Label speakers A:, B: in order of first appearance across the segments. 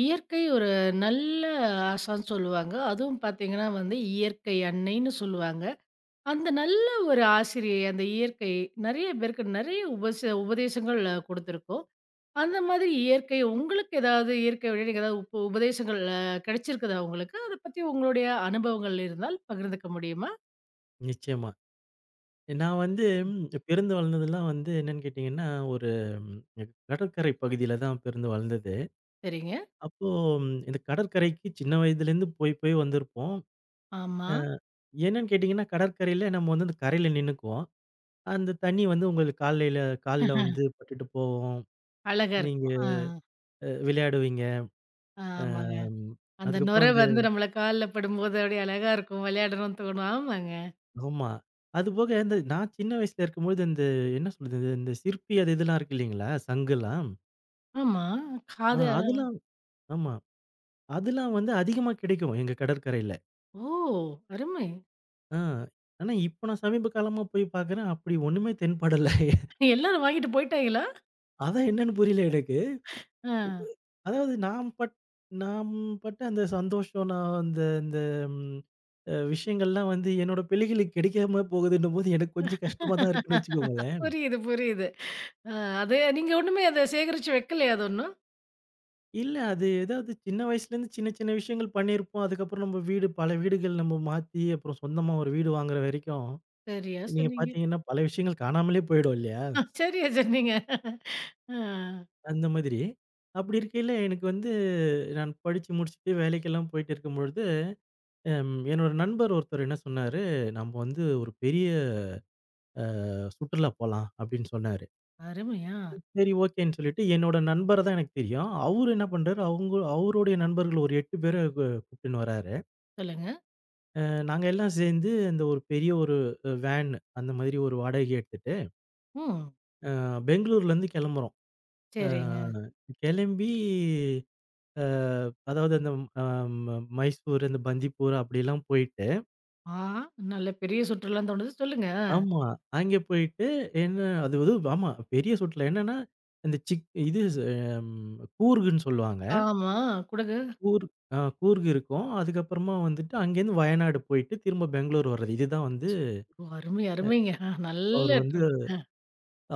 A: இயற்கை ஒரு நல்ல ஆசான்னு சொல்லுவாங்க. அதுவும் பார்த்தீங்கன்னா வந்து, இயற்கை அன்னைன்னு சொல்லுவாங்க. அந்த நல்ல ஒரு ஆசிரியை, அந்த இயற்கை நெறைய பேருக்கு நெறைய உபதேசங்கள் குடுத்துருக்கும். அந்த மாதிரி இயற்கை உங்களுக்கு ஏதாவது இயற்கை வழியில நீங்க ஏதாவது உபதேசங்கள் கிடைச்சிருக்குதா உங்களுக்கு? அத பத்தி உங்களுடைய அனுபவங்கள் இருந்தால் பகிர்ந்துக்க முடியுமா?
B: நிச்சயமா. நான் வந்து பிறந்து வளர்ந்ததெல்லாம் வந்து என்னன்னு கேட்டீங்கன்னா, ஒரு கடற்கரை பகுதியில தான் பிறந்து வளர்ந்தது.
A: சரிங்க.
B: அப்போ இந்த கடற்கரைக்கு சின்ன வயதிலேருந்து போய் போய் வந்திருப்போம்.
A: ஆமா.
B: அ என்னன்னு கேட்டீங்கன்னா, கடற்கரையில நம்ம வந்து அந்த கரையில நின்னுக்குவோம். அந்த தண்ணி வந்து உங்களுக்கு காலையில கால்ல வந்து பட்டுட்டு போகும்.
A: அழகா
B: நீங்க
A: இருக்கும். ஆ,
B: விளையாடுவீங்க.
A: ஆமாங்க.
B: அம்
A: அந்த
B: அதுக்கப்புறம்
A: நுரை
B: அந்த
A: வந்து நம்மள கால்ல படும்போது அப்படியே அழகா இருக்கும். விளையாடணும்னு தோணும். ஆமாங்க.
B: ஆமா. அதுபோக இந்த நான் சின்ன வயசுல இருக்கும்பொழுது இந்த என்ன சொல்றது? இந்த சிற்பி அது இதெல்லாம் இருக்கு இல்லீங்களா? சங்குலாம்.
A: ஆமா.
B: ஆ
A: காது.
B: அதெல்லாம் ஆமா. அதெல்லாம் வந்து அதிகமா கிடைக்கும் எங்க கடற்கரையில.
A: ஓ, அருமை!
B: ஆ. ஆனா இப்ப நான் சமீப காலமா போய் பார்க்குறேன், அப்படி ஒண்ணுமே தென்படல.
A: எல்லாரும் வாங்கிட்டு போயிட்டாங்களா?
B: அதான் என்னன்னு புரியல எனக்கு.
A: ஆ.
B: அதாவது நாம் பட்ட அந்த சந்தோஷம், நான் அந்த அந்த ம் விஷயங்கள்லாம் வந்து என்னோட பிள்ளைகளுக்கு கிடைக்காம போகுதுன்னும்போது எனக்கு கொஞ்சம் கஷ்டமா தான் இருக்குன்னு வச்சுக்கோங்களேன்.
A: புரியுது, புரியுது. அ அது நீங்க ஒண்ணுமே அத சேகரிச்சு வைக்கலையா அது ஒண்ணும்?
B: இல்ல அது ஏதாவது சின்ன வயசுலேருந்து சின்ன சின்ன விஷயங்கள் பண்ணியிருப்போம். அதுக்கப்புறம் நம்ம வீடு பல வீடுகள் நம்ம மாத்தி, அப்புறம் சொந்தமா ஒரு வீடு வாங்குற வரைக்கும்,
A: சரியா
B: நீங்க
A: சொன்னீங்க.
B: பார்த்தீங்கன்னா பல விஷயங்கள் காணாமலே போயிடும் இல்லையா?
A: ஆ, சரியா சொன்னீங்க. ஆ.
B: அந்த மாதிரி. அப்படி இருக்கையில எனக்கு வந்து நான் படிச்சு முடிச்சுட்டு வேலைக்கெல்லாம் போயிட்டு இருக்கும்பொழுது, என்னோட நண்பர் ஒருத்தர் என்ன சொன்னாரு, "நம்ப வந்து ஒரு பெரிய சுற்றுலா போலாம்" அப்படின்னு சொன்னாரு.
A: அருமையா!
B: சரி ஓகேன்னு சொல்லிட்டு என்னோட நண்பர தான் எனக்கு தெரியும். அவரு என்ன பண்றாரு, அவங்க அவருடைய நண்பர்கள் ஒரு 8 பேர கூப்ட்டுன்னு வராரு.
A: சொல்லுங்க.
B: நாங்க எல்லாம் சேர்ந்து அந்த ஒரு பெரிய ஒரு வேன் அந்த மாதிரி ஒரு வாடகைக்கு எடுத்துட்டு,
A: ம்.
B: அ பெங்களூர்லேருந்து கெளம்புறோம். அ
A: சரிங்க.
B: கெளம்பி அ அதாவது அந்த அ ம மைசூர், அந்த பந்திப்பூர் அப்படிலாம் போயிட்டு
A: ஆ, நல்ல பெரிய சுற்றுலான்னு தோணுது. சொல்லுங்க.
B: ஆமா. அங்கே போயிட்டு என்ன அது வந்து ஆமா. பெரிய சுற்றுலா. என்னன்னா, இந்த சிக் இது ம் கூர்குன்னு சொல்லுவாங்க.
A: ஆமா. குடுங்க.
B: கூர் கூர்க் இருக்கும். அதுக்கப்புறமா வந்துட்டு அங்கேருந்து வயநாடு போயிட்டு திரும்ப பெங்களூர் வர்றது. இதுதான் வந்து
A: ஓ, அருமை, அருமைங்க. அ நல்ல
B: அவர் வந்து
A: ட்ரிப்.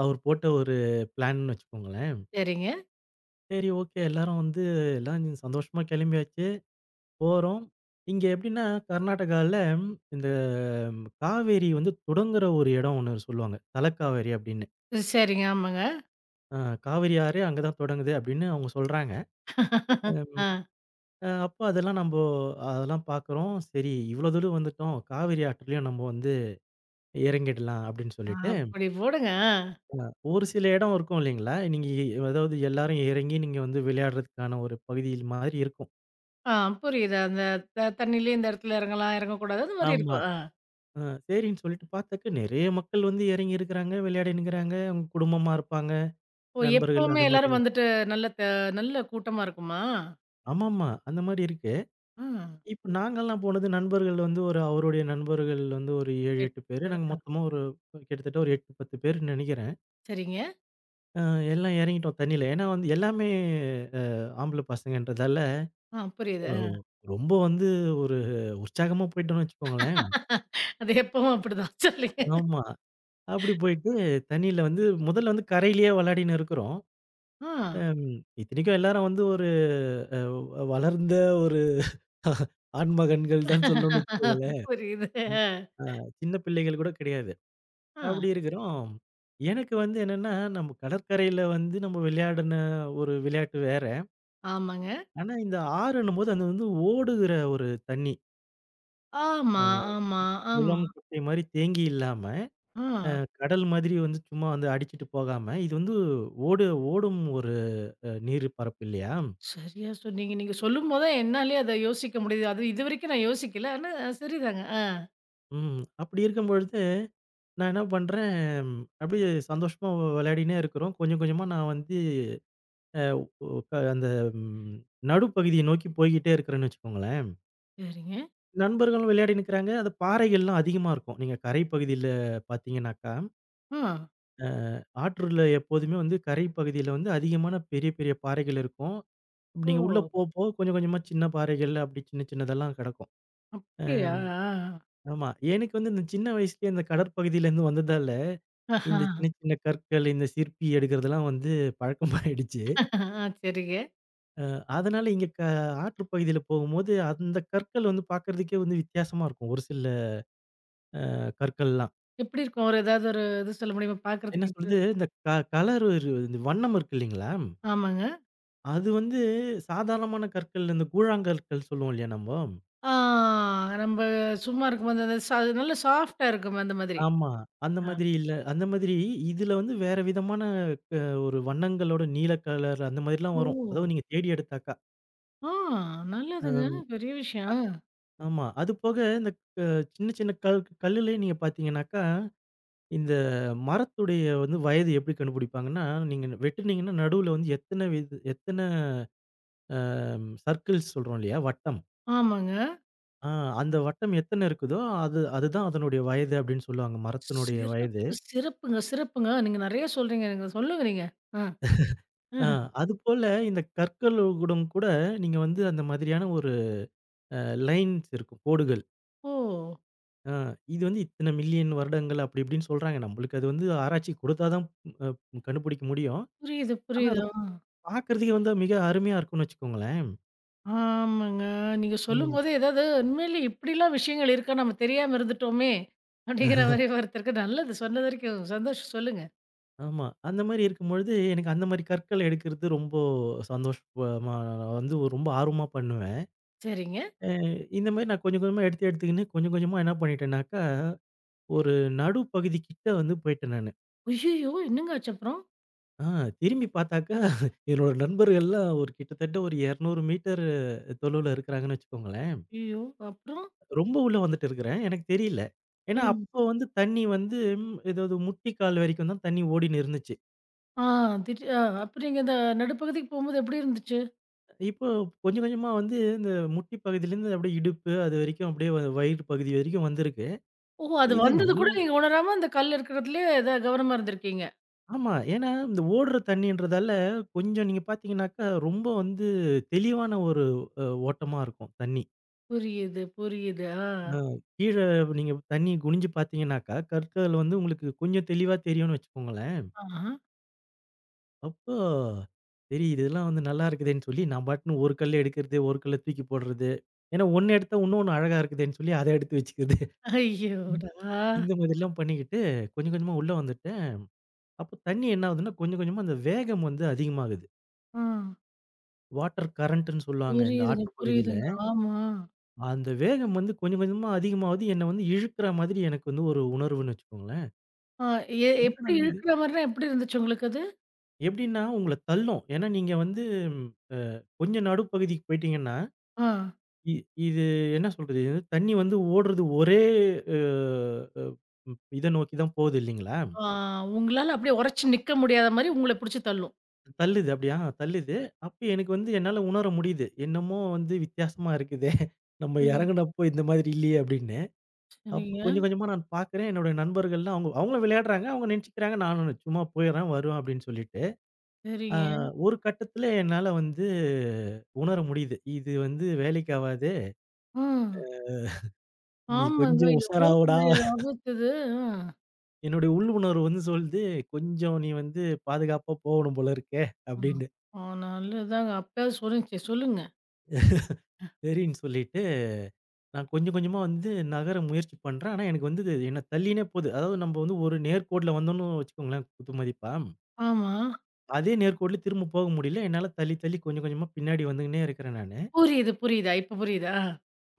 B: அவர் போட்ட ஒரு பிளான்னு வச்சுக்கோங்களேன்.
A: சரிங்க.
B: சரி ஓகே எல்லாரும் வந்து எல்லாம் சந்தோஷமா கிளம்பியாச்சு. போறோம். இங்க எப்படின்னா, கர்நாடகால இந்த காவேரி வந்து தொடங்குற ஒரு இடம் ஒண்ணு சொல்லுவாங்க. தலக்காவேரி அப்படின்னு.
A: சரிங்க. ஆமாங்க.
B: அ காவிரி ஆறே அங்க தான் தொடங்குது அப்படின்னு அவங்க சொல்றாங்க.
A: ஆ.
B: அப்போ அதெல்லாம் நம்போ அதெல்லாம் பார்க்குறோம். சரி இவ்வளோ தூரம் வந்துட்டோம். காவிரி ஆற்றுலயும் நம்ம வந்து இறங்கிடலாம் அப்படின்னு சொல்லிட்டு,
A: அப்படி போடுங்க. ஆ.
B: ஒரு சில இடம் இருக்கும் இல்லைங்களா? நீங்க அதாவது எல்லாரும் இறங்கி நீங்க வந்து விளையாடுறதுக்கான ஒரு பகுதி மாதிரி இருக்கும்.
A: ஆ, புரியுது. அந்த தண்ணியிலயும் இந்த இடத்துல இறங்கலாம், இறங்கக்கூடாது. அது மாரி
B: ஆமா.
A: இருக்கும். ஆ.
B: அ சரின்னு சொல்லிட்டு பார்த்தாக்க, நிறைய மக்கள் வந்து இறங்கி இருக்கிறாங்க, விளையாடின்னுக்கிறாங்க. அவங்க குடும்பமா இருப்பாங்க.
A: ஓ!
B: நண்பர்கள்
A: எப்பவுமே
B: அது
A: எல்லாரும்
B: மாரிலாம்.
A: வந்துட்டு நல்ல த நல்ல கூட்டமா இருக்குமா?
B: ஆமாமா. அந்த மாரி இருக்கு.
A: ஆ.
B: இப்ப நாங்கலாம் போனது நண்பர்கள் வந்து ஒரு அவருடைய நண்பர்கள் வந்து ஒரு 7, 8
A: 8
B: பேரு.
A: பேரு.
B: நாங்க
A: ஆ,
B: மொத்தமா ஒரு கிட்டத்தட்ட ஒரு 8, 10 பேருன்னு நெனைக்கிறேன்.
A: சரிங்க.
B: அ எல்லாம் எறங்கிட்டோம் தண்ணீல. ஏன்னா வந்து எல்லாமே அ ஆம்பள பசங்கன்றதால,
A: ஆ, புரியுது.
B: அ ரொம்ப வந்து ஒரு உற்சாகமா போயிட்டோம்னு வச்சுக்கோங்களேன்.
A: அது எப்பவும் அப்படிதான். சொல்லுங்க.
B: ஆமா. அப்படி போயிட்டு தண்ணீல வந்து முதல்ல வந்து கரையிலேயே வெளையாடின்னு இருக்கிறோம்.
A: ஆ.
B: அம் இத்தனைக்கும் எல்லாரும் வந்து ஒரு அ வளர்ந்த ஒரு ஆண்மகன்கள் தான் சொல்லணும்னு வச்சுக்கோங்களேன்.
A: புரியுது.
B: ம். ஆ சின்ன பிள்ளைகள் கூட கிடையாது.
A: ஆ.
B: அப்படி இருக்கிறோம். எனக்கு வந்து என்னன்னா, நம்ம கடற்கரையில வந்து நம்ம விளையாடின ஒரு விளையாட்டு வேற.
A: ஆமாங்க.
B: ஆனா, இந்த ஆறுன்னும்போது அது வந்து ஓடுகிற ஒரு தண்ணி.
A: ஆமா, ஆமா, ஆமா.
B: குளம், குட்டை மாரி தேங்கி இல்லாம,
A: ஆ.
B: கடல் மாதிரி வந்து சும்மா வந்து அடிச்சுட்டு போகாம, இது வந்து ஓடு ஓடும் ஒரு நீர் பரப்பு இல்லையா?
A: சரியா சொன்னீங்க. நீங்க சொல்லும்போது தான் என்னாலயே அத யோசிக்க முடியுது. அது இதுவரைக்கும் நான் யோசிக்கல. ஆனா சரிதாங்க. ஆ.
B: அப்படி இருக்கும்பொழுது நான் என்ன பண்றேன், அப்படியே சந்தோஷமா விளையாடினே இருக்கிறோம். கொஞ்சம் கொஞ்சமா நான் வந்து அ ஒ ஒ- க அந்த ம் நடுப்பகுதியை நோக்கி போய்க்கிட்டே இருக்கிறேன்னு வச்சுக்கோங்களேன்.
A: சரிங்க.
B: நண்பர்களும் விளையாடி நிக்கிறாங்க. அது பாறைகள்லாம் அதிகமா இருக்கும். நீங்க கரை பகுதியில பார்த்தீங்கன்னாக்கா,
A: ஆ.
B: ஆற்றுல எப்போதுமே வந்து கரை பகுதியில வந்து அதிகமான பெரிய, பெரிய பாறைகள் இருக்கும்.
A: ஓ!
B: நீங்க உள்ள போக, போக கொஞ்சம் கொஞ்சமா சின்ன பாறைகள் அப்படி சின்ன சின்னதெல்லாம் கெடக்கும்.
A: அப்படியா?
B: அம்
A: ஆ.
B: ஆமா. எனக்கு வந்து இந்த சின்ன வயசுலயே இந்த கடற்பகுதியிலேருந்து வந்ததால,
A: ஆஹா.
B: இந்த சின்ன சின்ன கற்கள், இந்த சிற்பி எடுக்கிறதெல்லாம் வந்து பழக்கமாயிடுச்சு.
A: ஆ, சரிங்க.
B: அதனால இங்க க ஆற்று பகுதியில போகும்போது, அந்த கற்கள் வந்து பார்க்கறதுக்கே வந்து வித்தியாசமா இருக்கும். ஒரு சில கற்கள்லாம்.
A: எப்படி இருக்கும்? ஒரு ஏதாவது ஒரு இது சொல்ல முடியுமா?
B: என்ன
A: பார்க்கறதுக்கு எப்படி?
B: சொல்லுது, இந்த க கலரு இரு இந்த வண்ணம் இருக்கு இல்லைங்களா?
A: ஆமாங்க.
B: அது வந்து சாதாரணமான கற்கள், இந்த கூழாங்கற்கள் சொல்லுவோம் இல்லையா நம்போ?
A: ஆ, நம்ப சும்மா இருக்கும்போது அந்த நல்ல சாஃப்ட்டா இருக்குமே அந்த மாதிரி.
B: ஆமா. அந்த
A: அ.
B: மாதிரி இல்ல. அந்த மாதிரி இதுல வந்து வேற விதமான க ஒரு வண்ணங்களோட நீல கலர் அந்த மாதிரிலாம் வரும்.
A: ஓ!
B: அதுவும் நீங்க தேடி எடுத்தாக்கா.
A: ஆ,
B: அ
A: நல்லதுங்க. பெரிய விஷயம். ஆ.
B: ஆமா. அது போக இந்த க சின்ன சின்ன கல்லுலயே நீங்க பார்த்தீங்கன்னாக்கா, இந்த மரத்துடைய வந்து வயது எப்படி கண்டுபிடிப்பாங்கன்னா, நீங்க வெட்டுனீங்கன்னா நடுவுல வந்து எத்தன அ சர்க்கிள்ஸ் சொல்றோம் இல்லையா? வட்டம்.
A: ஆமாங்க.
B: ஆ. அந்த வட்டம் எத்தன இருக்குதோ, அதுதான் அதனுடைய வயது அப்படின்னு சொல்லுவாங்க. மரத்தினுடைய வயது.
A: சிறப்பு, சிறப்புங்க, சிறப்புங்க. நீங்க நெறைய சொல்றீங்க. எனக்கு சொல்லுங்க நீங்க. ஆ.
B: ஆ
A: ஆஹா.
B: அதுபோல இந்த கற்களோடும் கூட நீங்க வந்து அந்த மாதிரியான ஒரு அ லைன்ஸ் இருக்கும். கோடுகள்.
A: ஓ!
B: ஆ இது வந்து இத்தன மில்லியன் வருடங்கள் அப்படி இப்படின்னு சொல்றாங்க. நம்மளுக்கு அது வந்து ஆராய்ச்சி கொடுத்தா தான் அ கண்டுபிடிக்க முடியும்.
A: புரியுது,
B: ஆனா
A: புரியுது.
B: அத
A: ஆ.
B: பார்க்கறதுக்கே வந்து மிக அருமையா இருக்கும்னு வச்சுக்கோங்களேன்.
A: ஆமாங்க. நீங்க
B: ம்.
A: சொல்லும்போதே ஏதாவது உண்மையிலேயே இப்படிலாம் விஷயங்கள் இருக்கா? நம்ம தெரியாம இருந்துட்டோமே! அப்படிங்கிற மாரி ஒருத்தருக்கு நல்லது சொன்னது வரைக்கும் சந்தோஷம் சொல்லுங்க.
B: ஆமா. அந்த மாரி இருக்கும்பொழுது எனக்கு அந்த மாரி கற்கள் எடுக்கிறது ரொம்ப சந்தோஷமா நான் வந்து ஒரு ரொம்ப ஆர்வமா பண்ணுவேன்.
A: சரிங்க.
B: அ இந்த மாரி நான் கொஞ்சம் கொஞ்சமா எடுத்து எடுத்துக்கின்னு, கொஞ்சம் கொஞ்சமா என்ன பண்ணிட்டேன்னாக்கா, ஒரு நடு பகுதி கிட்ட வந்து போயிட்டேன் நானு.
A: ஐய்யய்யோ! என்னங்க ஆச்சு அப்புறம்?
B: ஆ திரும்பி பார்த்தாக்கா, என்னோட நண்பர்கள்லாம் ஒரு கிட்டத்தட்ட ஒரு 200 மீட்டர் தொலைவுல இருக்கிறாங்கன்னு வச்சுக்கோங்களேன்.
A: ஐய்யய்யோ! அப்புறம்?
B: ரொம்ப உள்ள வந்துட்டு இருக்கிறேன். எனக்கு தெரியல. ஏன்னா
A: சொல்லுங்க.
B: அப்போ வந்து தண்ணி வந்து ஏதாவது முட்டி கால் வரைக்கும் தான் தண்ணி ஓடின்னு இருந்துச்சு.
A: ஆ, திடீ அ அப்ப நீங்க இந்த நடுப்பகுதிக்கு போம்போது எப்படி இருந்துச்சு?
B: இப்போ கொஞ்சம் கொஞ்சமா வந்து இந்த முட்டி பகுதியிலேருந்து அப்படியே இடுப்பு அது வரைக்கும் அப்படியே வயிறு பகுதி வரைக்கும் வந்திருக்கு.
A: ஓ! அது
B: இது
A: வந்தது
B: நம்மள
A: கூட நீங்க உணராம அந்த கல் இருக்கிறதுலயே ஏதா கவனமா இருந்திருக்கீங்க.
B: ஆமா. ஏன்னா, இந்த ஓடுற தண்ணீன்றதால கொஞ்சம் நீங்க பார்த்தீங்கன்னாக்கா, ரொம்ப வந்து தெளிவான ஒரு ஓட்டமா இருக்கும் தண்ணி.
A: புரியுது, புரியுது. ஆ.
B: அ கீழ நீங்க தண்ணி குனிஞ்சு பார்த்தீங்கன்னாக்கா, கற்கள் வந்து உங்களுக்கு கொஞ்சம் தெளிவா தெரியும்னு வச்சுக்கோங்களேன்.
A: ஆஹா.
B: அப்போ சரி இதெல்லாம் வந்து நல்லா இருக்குதேன்னு சொல்லி, நான் பாட்டுன்னு ஒரு கல்ல எடுக்கிறது, ஒரு கல்ல தூக்கி போடுறது. ஏன்னா, ஒண்ணு எடுத்தா இன்னொன்னு அழகா இருக்குதேன்னு சொல்லி அத எடுத்து வச்சுக்கிறது.
A: ஐயோடா!
B: இந்த மாதிரிலாம் பண்ணிக்கிட்டு கொஞ்சம் கொஞ்சமா உள்ள வந்துட்டேன். அப்போ தண்ணி என்ன ஆகுதுன்னா, கொஞ்சம் கொஞ்சமா அந்த வேகம் வந்து அதிகமாகுது.
A: ஆ.
B: வாட்டர் கரண்ட்ன்னு சொல்லுவாங்க இந்த
A: புரியுதுங்க,
B: ஆற்று பகுதியில.
A: புரியுதுங்க. ஆமா.
B: அந்த வேகம் வந்து கொஞ்சம் கொஞ்சமா அதிகமாவுது. என்ன வந்து இழுக்கிற மாதிரி எனக்கு வந்து ஒரு உணர்வுன்னு வச்சுக்கோங்களேன்.
A: ஆ, எ
B: என்னடா
A: எப்படி
B: இது?
A: இழுக்கிற மாரினா எப்படி இருந்துச்சு உங்களுக்கு அது?
B: எப்படின்னா உங்கள தள்ளும். ஏன்னா நீங்க வந்து அ கொஞ்சம் நடுப்பகுதிக்கு போயிட்டீங்கன்னா,
A: ஆ.
B: இ இது என்ன சொல்றது? இது வந்து தண்ணி வந்து ஓடுறது ஒரே அ அ ம் இத நோக்கி தான் போகுது இல்லைங்களா?
A: ஆ, உங்களால அப்படியே உரைச்சு நிக்க முடியாத மாரி உங்கள பிடிச்சு தள்ளும்.
B: தள்ளுது அப்படியா தள்ளுது. அப்ப எனக்கு வந்து என்னால உணர முடியுது. என்னமோ வந்து வித்தியாசமா இருக்குதே! நம்ம
A: ம்.
B: இறங்குனப்போ இந்த மாதிரி இல்லையே அப்படின்னு. அப்ப
A: சரிங்க,
B: கொஞ்சம் கொஞ்சமா நான் பார்க்குறேன். என்னோட நண்பர்கள்லாம் அவங்களும் விளையாடுறாங்க. அவங்க நினச்சுக்கிறாங்க நானும் சும்மா போயிடுறேன், வருவேன் அப்படின்னு சொல்லிட்டு. ஆ
A: சரிங்க.
B: ஒரு கட்டத்தில என்னால வந்து உணர முடியுது. இது வந்து வேலைக்கு ஆவாது.
A: ம்.
B: நீ
A: ஆமாங்க.
B: கொஞ்சம்
A: எவ்வளோ
B: உஷாராவுடா.
A: பெரிய ஆபத்து இது. ஆ.
B: என்னுடைய உள் உணர்வு வந்து சொல்லுது, "கொஞ்சம் நீ வந்து பாதுகாப்பா போகணும் போல இருக்கே"
A: ஆமா.
B: அப்படின்னு.
A: ஆ, நல்லதுதாங்க. அப்பயாவது சொல்லுச்சு சொல்லுங்க.
B: சரின்னு சொல்லிட்டு நான் கொஞ்சம் கொஞ்சமா வந்து நகர முயற்சி பண்றேன். ஆனா எனக்கு வந்து இது என்ன தள்ளினே போகுது. அதாவது நம்ம வந்து ஒரு நேர்கோட்ல வந்தோம்னு வச்சுக்கோங்களேன் குத்து மதிப்பா.
A: ஆமா.
B: அதே நேர்கோட்டுல திரும்ப போக முடியல. என்னால தள்ளி, தள்ளி கொஞ்சம் கொஞ்சமா பின்னாடி வந்துகின்னே இருக்கிறேன் நானு.
A: புரியுது, புரியுதா? இப்ப புரியுதா? ஆ.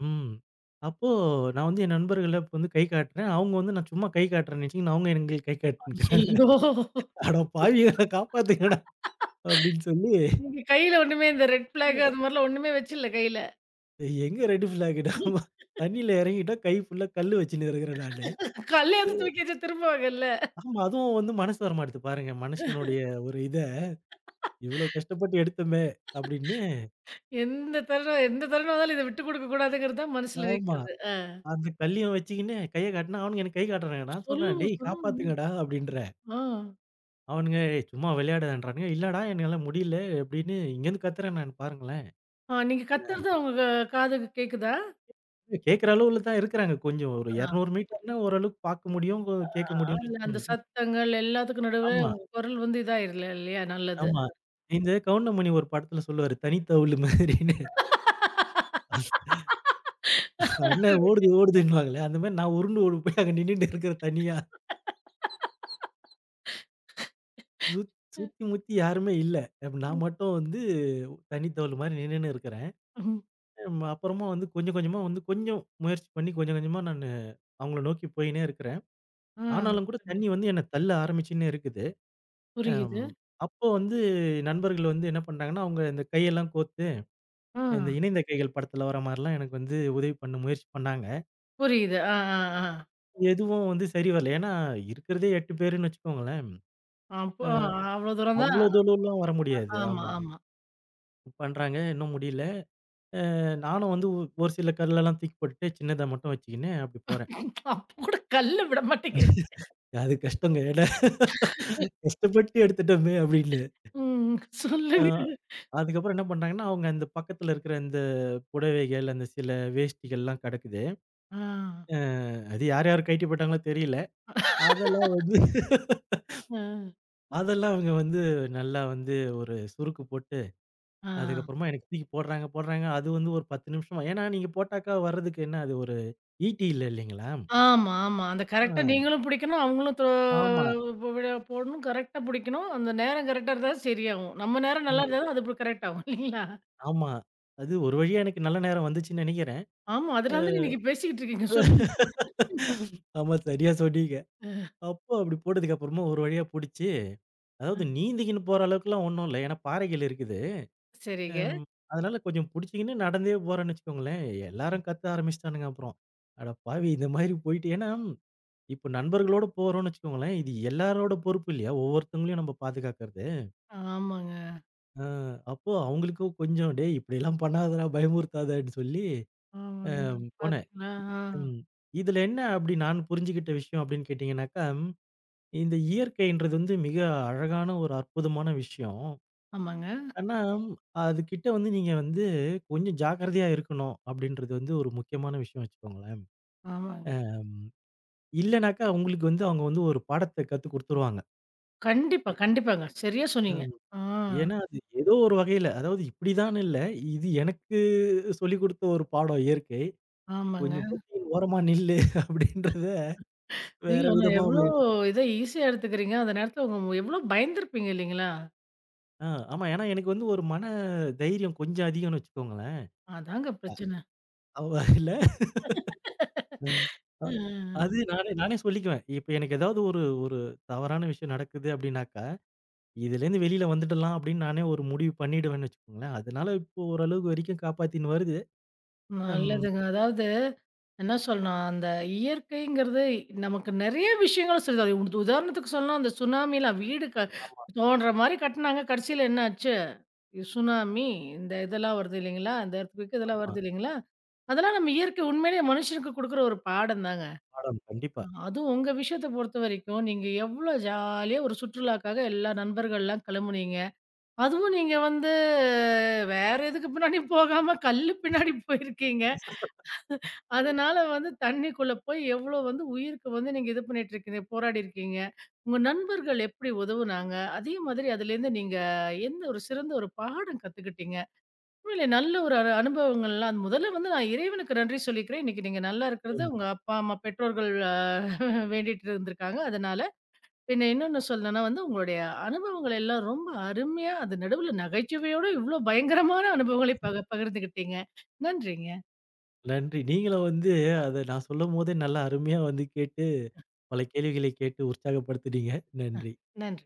B: ம். அப்போ நான் வந்து என் நண்பர்கள இப்ப வந்து கை காட்டுறேன். அவங்க வந்து நான் சும்மா கை காட்டுறேன்னு நெனச்சுக்கின்னு அவங்க எங்களுக்கு கை காட்டின்னுருக்காங்க.
A: ஐயய்யோ!
B: "அட பாவிகளா காப்பாத்துங்கடா" அப்படின்னு சொல்லி
A: நீங்க கையில ஒண்ணுமே இந்த ரெட் ஃபிளாக் அந்த மாரிலாம் ஒண்ணுமே வச்சுல்ல கையில.
B: எங்க ரெட் ஃபிளாக் நாம தண்ணீல இறங்கிட்டோம். கை ஃபுல்லா கல்லு வச்சுன்னு இருக்கிறேன் நானு.
A: கல்லையாவது தூக்கி வச்சு திரும்புவாங்கல்ல.
B: ஆமா, அதுவும் வந்து மனசு வரமாட்டுது பாருங்க. மனுஷனுடைய ஒரு இத இவ்ளோ கஷ்டப்பட்டு எடுத்தோமே அப்படின்னு.
A: எந்த தருணம் எந்த தருணம் வந்தாலும் இத விட்டு குடுக்க கூடாதுங்கிறது தான் மனசுல
B: ஆமா.
A: இருக்குது. ஆ.
B: அந்த கல்லையும் வச்சுக்கின்னு கைய காட்டுனா அவனுங்க எனக்கு கை காட்டுறானுங்க. நான் சொன்னேன்,
A: சொல்லுங்க,
B: "டேய்
A: சொல்லுங்க.
B: காப்பாத்துங்கடா" அப்படின்றேன்.
A: ஆ.
B: அவனுங்க, "ஏய் சும்மா விளையாடாதன்றானுங்க." "இல்லடா என்னால முடியல." அப்படின்னு இங்கேருந்து கத்துறேன் நான் பாருங்களேன்.
A: ஆ, நீங்க கத்துறது அவங்க காதுக்கு கேக்குதா?
B: கேட்கிற அளவுல தான் இருக்கிறாங்க கொஞ்சம். ஒரு
A: ஆ,
B: 200 மீட்டர்னா ஓரளவுக்கு பார்க்க முடியும், கேட்க
A: ஆ,
B: முடியும்னு
A: இல்ல அந்த
B: வச்சுக்கோங்களேன்.
A: சத்தங்கள் எல்லாத்துக்கும் நடுவுல
B: ஆமா,
A: உங்க குரல் வந்து இதாயிரல இல்லையா? நல்லது.
B: ஆமா. இந்த கவுண்டமணி ஒரு படத்துல சொல்லுவாரு, "தனித்தவுலு" மாதிரின்னு. அண்ணன் ஓடுது ஓடுதுன்னுவாங்களே, அந்த மாரி நான் உருண்டு ஓடி போய் அங்க நின்னுட்டு இருக்கிறேன் தனியா. சுத் சுத்தி முத்தி யாருமே இல்ல. அப்ப நான்
A: ம்,
B: மட்டும் வந்து தனித்தவுலு மாரி நின்னுன்னு இருக்கிறேன்.
A: ம்.
B: அப்புறமா வந்து கொஞ்சம் கொஞ்சமா வந்து கொஞ்சம் முயற்சி பண்ணி கொஞ்சம் கொஞ்சமா நானு அவங்கள நோக்கி போயின்னே இருக்கிறேன்.
A: ஆ,
B: ஆனாலும் கூட தண்ணி வந்து என்ன தள்ள ஆரம்பிச்சுன்னே இருக்குது.
A: புரியுது.
B: அம் அப்போ வந்து நண்பர்கள் வந்து என்ன பண்றாங்கன்னா, அவங்க இந்த கையெல்லாம் கோர்த்து,
A: ஆ,
B: இந்த இணைந்த கைகள் படத்துல வர மாரிலாம் எனக்கு வந்து உதவி பண்ண முயற்சி பண்ணாங்க.
A: புரியுது. ஆ, ஆ, ஆ.
B: எதுவும் வந்து சரி வரல. ஏன்னா இருக்கிறதே 8 பேருன்னு வச்சுக்கோங்களேன்.
A: அப்போ அவ்ளோ தூரம் தான்.
B: அவ்ளோ தூரம்லாம் வர முடியாது.
A: ஆமா,
B: ஆமா.
A: ஆமா.
B: பண்றாங்க. இன்னும் முடியல. நானும் வந்து ஒரு சில கல்லெல்லாம் தூக்கி போட்டுட்டு சின்னதா மட்டும் வச்சுக்கின்னு அப்படி போறேன்.
A: அப்போ கூட கல்ல விட மாட்டேங்கிறீங்க.
B: அது கஷ்டங்க. ஏன்னா கஷ்டப்பட்டு எடுத்துட்டோமே அப்படின்னு.
A: ம்.
B: ஆ.
A: சொல்லுங்க.
B: அதுக்கப்புறம் என்ன பண்றாங்கன்னா, அவங்க அந்த பக்கத்துல இருக்கிற இந்த புடவைகள், அந்த சில வேஷ்டிகள்லாம் கிடக்குது.
A: ஆ,
B: அ அது யாரு கழட்டி போட்டாங்களோ தெரியல. அதெல்லாம் வந்து
A: ஆ,
B: அதெல்லாம் அவங்க வந்து நல்லா வந்து ஒரு சுருக்கு போட்டு,
A: ஆ.
B: அதுக்கப்புறமா எனக்கு தூக்கி போடுறாங்க, போடுறாங்க. அது வந்து ஒரு 10 நிமிஷமா ஏன்னா நீங்க போட்டாக்கா வர்றதுக்கு என்ன அது ஒரு ஈட்டி இல்ல இல்லைங்களா?
A: ஆமா, ஆமா. அந்த
B: ஆ
A: கரெக்ட்டா நீங்களும் புடிக்கணும், அவங்களும் தொ
B: ஆமா.
A: போ விட போடணும். கரெக்ட்டா புடிக்கணும். அந்த நேரம் கரெக்ட்டா இருந்தா தான் சரியாகும். நம்ம நேரம் நல்லா
B: ம்.
A: இருந்தா தான் அது அப்புறம் கரெக்ட் ஆகும் இல்லீங்களா?
B: ஆமா. அது ஒரு வழியா எனக்கு நல்ல நேரம் வந்துச்சுன்னு நெனைக்கிறேன்.
A: ஆமா,
B: அ
A: அதனால தானே இன்னைக்கு பேசிக்கிட்டு இருக்கீங்க. சொல்லுங்க.
B: ஆமா சரியா சொன்னீங்க.
A: அ,
B: அப்போ அப்படி போட்டதுக்கு அப்புறமா ஒரு வழியா புடிச்சு
A: அ.
B: அதாவது நீந்திக்கின்னு போற அளவுக்குலாம் ஒண்ணும் இல்ல. ஏன்னா பாறைகள் இருக்குது.
A: சரிங்க.
B: ம். அதனால கொஞ்சம் புடிச்சுக்கின்னு நடந்தே போறேன்னு வச்சுக்கோங்களேன். எல்லாரும் கத்த ஆரம்பிச்சுட்டானுங்க அப்புறம். அட பாவி! இந்த மாதிரி போயிட்டு ஏன்னா இப்ப நண்பர்களோட போறோம்ன்னு வச்சுக்கோங்களேன், இது எல்லாரோட பொறுப்பு இல்லையா? ஒவ்வொருத்தவங்களையும் நம்ம பாதுகாக்கிறது.
A: ஆமாங்க,
B: அ அப்போ அவங்களுக்கும் கொஞ்சம் "டேய் இப்படியெல்லாம் பண்ணாதடா, பயமுறுத்தாதன்னு" சொல்லி அ
A: ஆமாங்க.
B: போனேன்.
A: பாத்தீங்களா? ஆ.
B: ம். இதுல என்ன அப்படி நான் புரிஞ்சுகிட்ட விஷயம் அப்படின்னு கேட்டீங்கன்னாக்கா, இந்த இயற்கைன்றது வந்து மிக அழகான ஒரு அற்புதமான விஷயம்.
A: ஆமாங்க,
B: ஆனா, அதுகிட்ட வந்து நீங்க வந்து கொஞ்சம் ஜாக்கிரதையா இருக்கணும் அப்படின்றது வந்து ஒரு முக்கியமான விஷயம் வச்சுக்கோங்களேன்.
A: ஆமாங்க.
B: ம். இல்லனாக்கா உங்களுக்கு வந்து அவங்க வந்து ஒரு பாடத்த கத்துக் குடுத்துருவாங்க.
A: கண்டிப்பா,
B: எ
A: கண்டிப்பாங்க. சரியா சொன்னீங்க.
B: ம்.
A: ஆ,
B: ஏன்னா, அது ஏதோ ஒரு வகையில அதாவது இப்படிதான்னு இல்ல. இது எனக்கு சொல்லிக் குடுத்த ஒரு பாடம் இயற்கை.
A: ஆமாங்க.
B: கொஞ்சம் பொத்திக்கின்னு ஓரமா நில்லு அப்படின்றத
A: ஐயோ!
B: வேற
A: ஆனா
B: விதமா
A: எவ்ளோ இத ஈஸியா எடுத்துக்கிறீங்க. அந்த நேரத்துல உங்க எவ்ளோ பயந்திருப்பீங்க இல்லீங்களா?
B: ஆ ஆமா. ஏன்னா எனக்கு வந்து ஒரு தைரியம் கொஞ்சம் அதிகம்னு வச்சுக்கோங்களேன்.
A: அதாங்க பிரச்சனை.
B: அவ இல்ல ம். அ
A: அ, அ, அ.
B: அது நானே நானே சொல்லிக்குவேன். இப்ப எனக்கு ஏதாவது ஒரு ஒரு தவறான விஷயம் நடக்குது அப்டின்னாக்கா, இதுலேருந்து வெளில வந்துடலாம் அப்டின்னு நானே ஒரு முடிவு பண்ணிடுவேன்னு வச்சுக்கோங்களேன். அதனால இப்போ ஓரளவுக்கு வரைக்கும் காப்பாத்தின்னு வருது. ம்.
A: நல்லதுங்க. அதாவது என்ன சொல்லணும், அந்த இயற்கைங்கிறது நமக்கு நெறைய விஷயங்கள் சொல்லுது. அது உதாரணத்துக்கு சொல்லணும், அந்த சுனாமிலாம் வீடு
B: ஆமா,
A: தோண்டுற மாரி கட்டுனாங்க. கடைசியில என்ன ஆச்சு? சுனாமி, இந்த இதெல்லாம் வருது இல்லைங்களா? இந்த எர்த்குயிக் இதெல்லாம்
B: ஆமா.
A: வருது இல்லைங்களா? அதெல்லாம் நம்ம இயற்கை உண்மையிலேயே மனுஷனுக்கு குடுக்குற ஒரு பாடம் தாங்க.
B: பாடம் கண்டிப்பா.
A: அதுவும் உங்க விஷயத்த பொறுத்த வரைக்கும், நீங்க எவ்வளோ ஜாலியா ஒரு சுற்றுலாக்காக எல்லா நண்பர்கள்லாம் கெளம்புனீங்க. அதுவும் நீங்க வந்து வேற எதுக்கு பின்னாடியும் போகாம கல்லு பின்னாடி போயிருக்கீங்க. அதனால வந்து தண்ணிக்குள்ள போய் எவ்ளோ வந்து உயிருக்கு வந்து நீங்க இது பண்ணிட்டு இருக்கீங்க, போராடி இருக்கீங்க. உங்க நண்பர்கள் எப்படி உதவுனாங்க? அதே மாதிரி அதுலேருந்து நீங்க எந்த ஒரு சிறந்த ஒரு பாடம் கத்துக்கிட்டீங்க? உண்மையிலே நல்ல ஒரு அனுபவங்கள்லாம் அது முதல்ல வந்து நான் இறைவனுக்கு நன்றி சொல்லிக்கிறேன். இன்னைக்கு நீங்க நல்லா இருக்கிறது
B: நிச்சயமா.
A: உங்க அப்பா, அம்மா, பெற்றோர்கள் வேண்டிட்டு இருந்திருக்காங்க. அதனால பின்ன இன்னொன்னு சொல்லணும்னா வந்து உங்களுடைய அனுபவங்கள் எல்லாம் ரொம்ப அருமையா, அது நடுவுல நகைச்சுவையோட இவ்ளோ பயங்கரமான அனுபவங்களை பகிர்ந்துக்கிட்டீங்க. நன்றிங்க.
B: நன்றி. நீங்களும் வந்து அத நான் சொல்லும்போதே நல்லா அருமையா வந்து கேட்டு, பல கேள்விகளை கேட்டு உற்சாகப்படுத்துனீங்க. நன்றி.
A: நன்றி.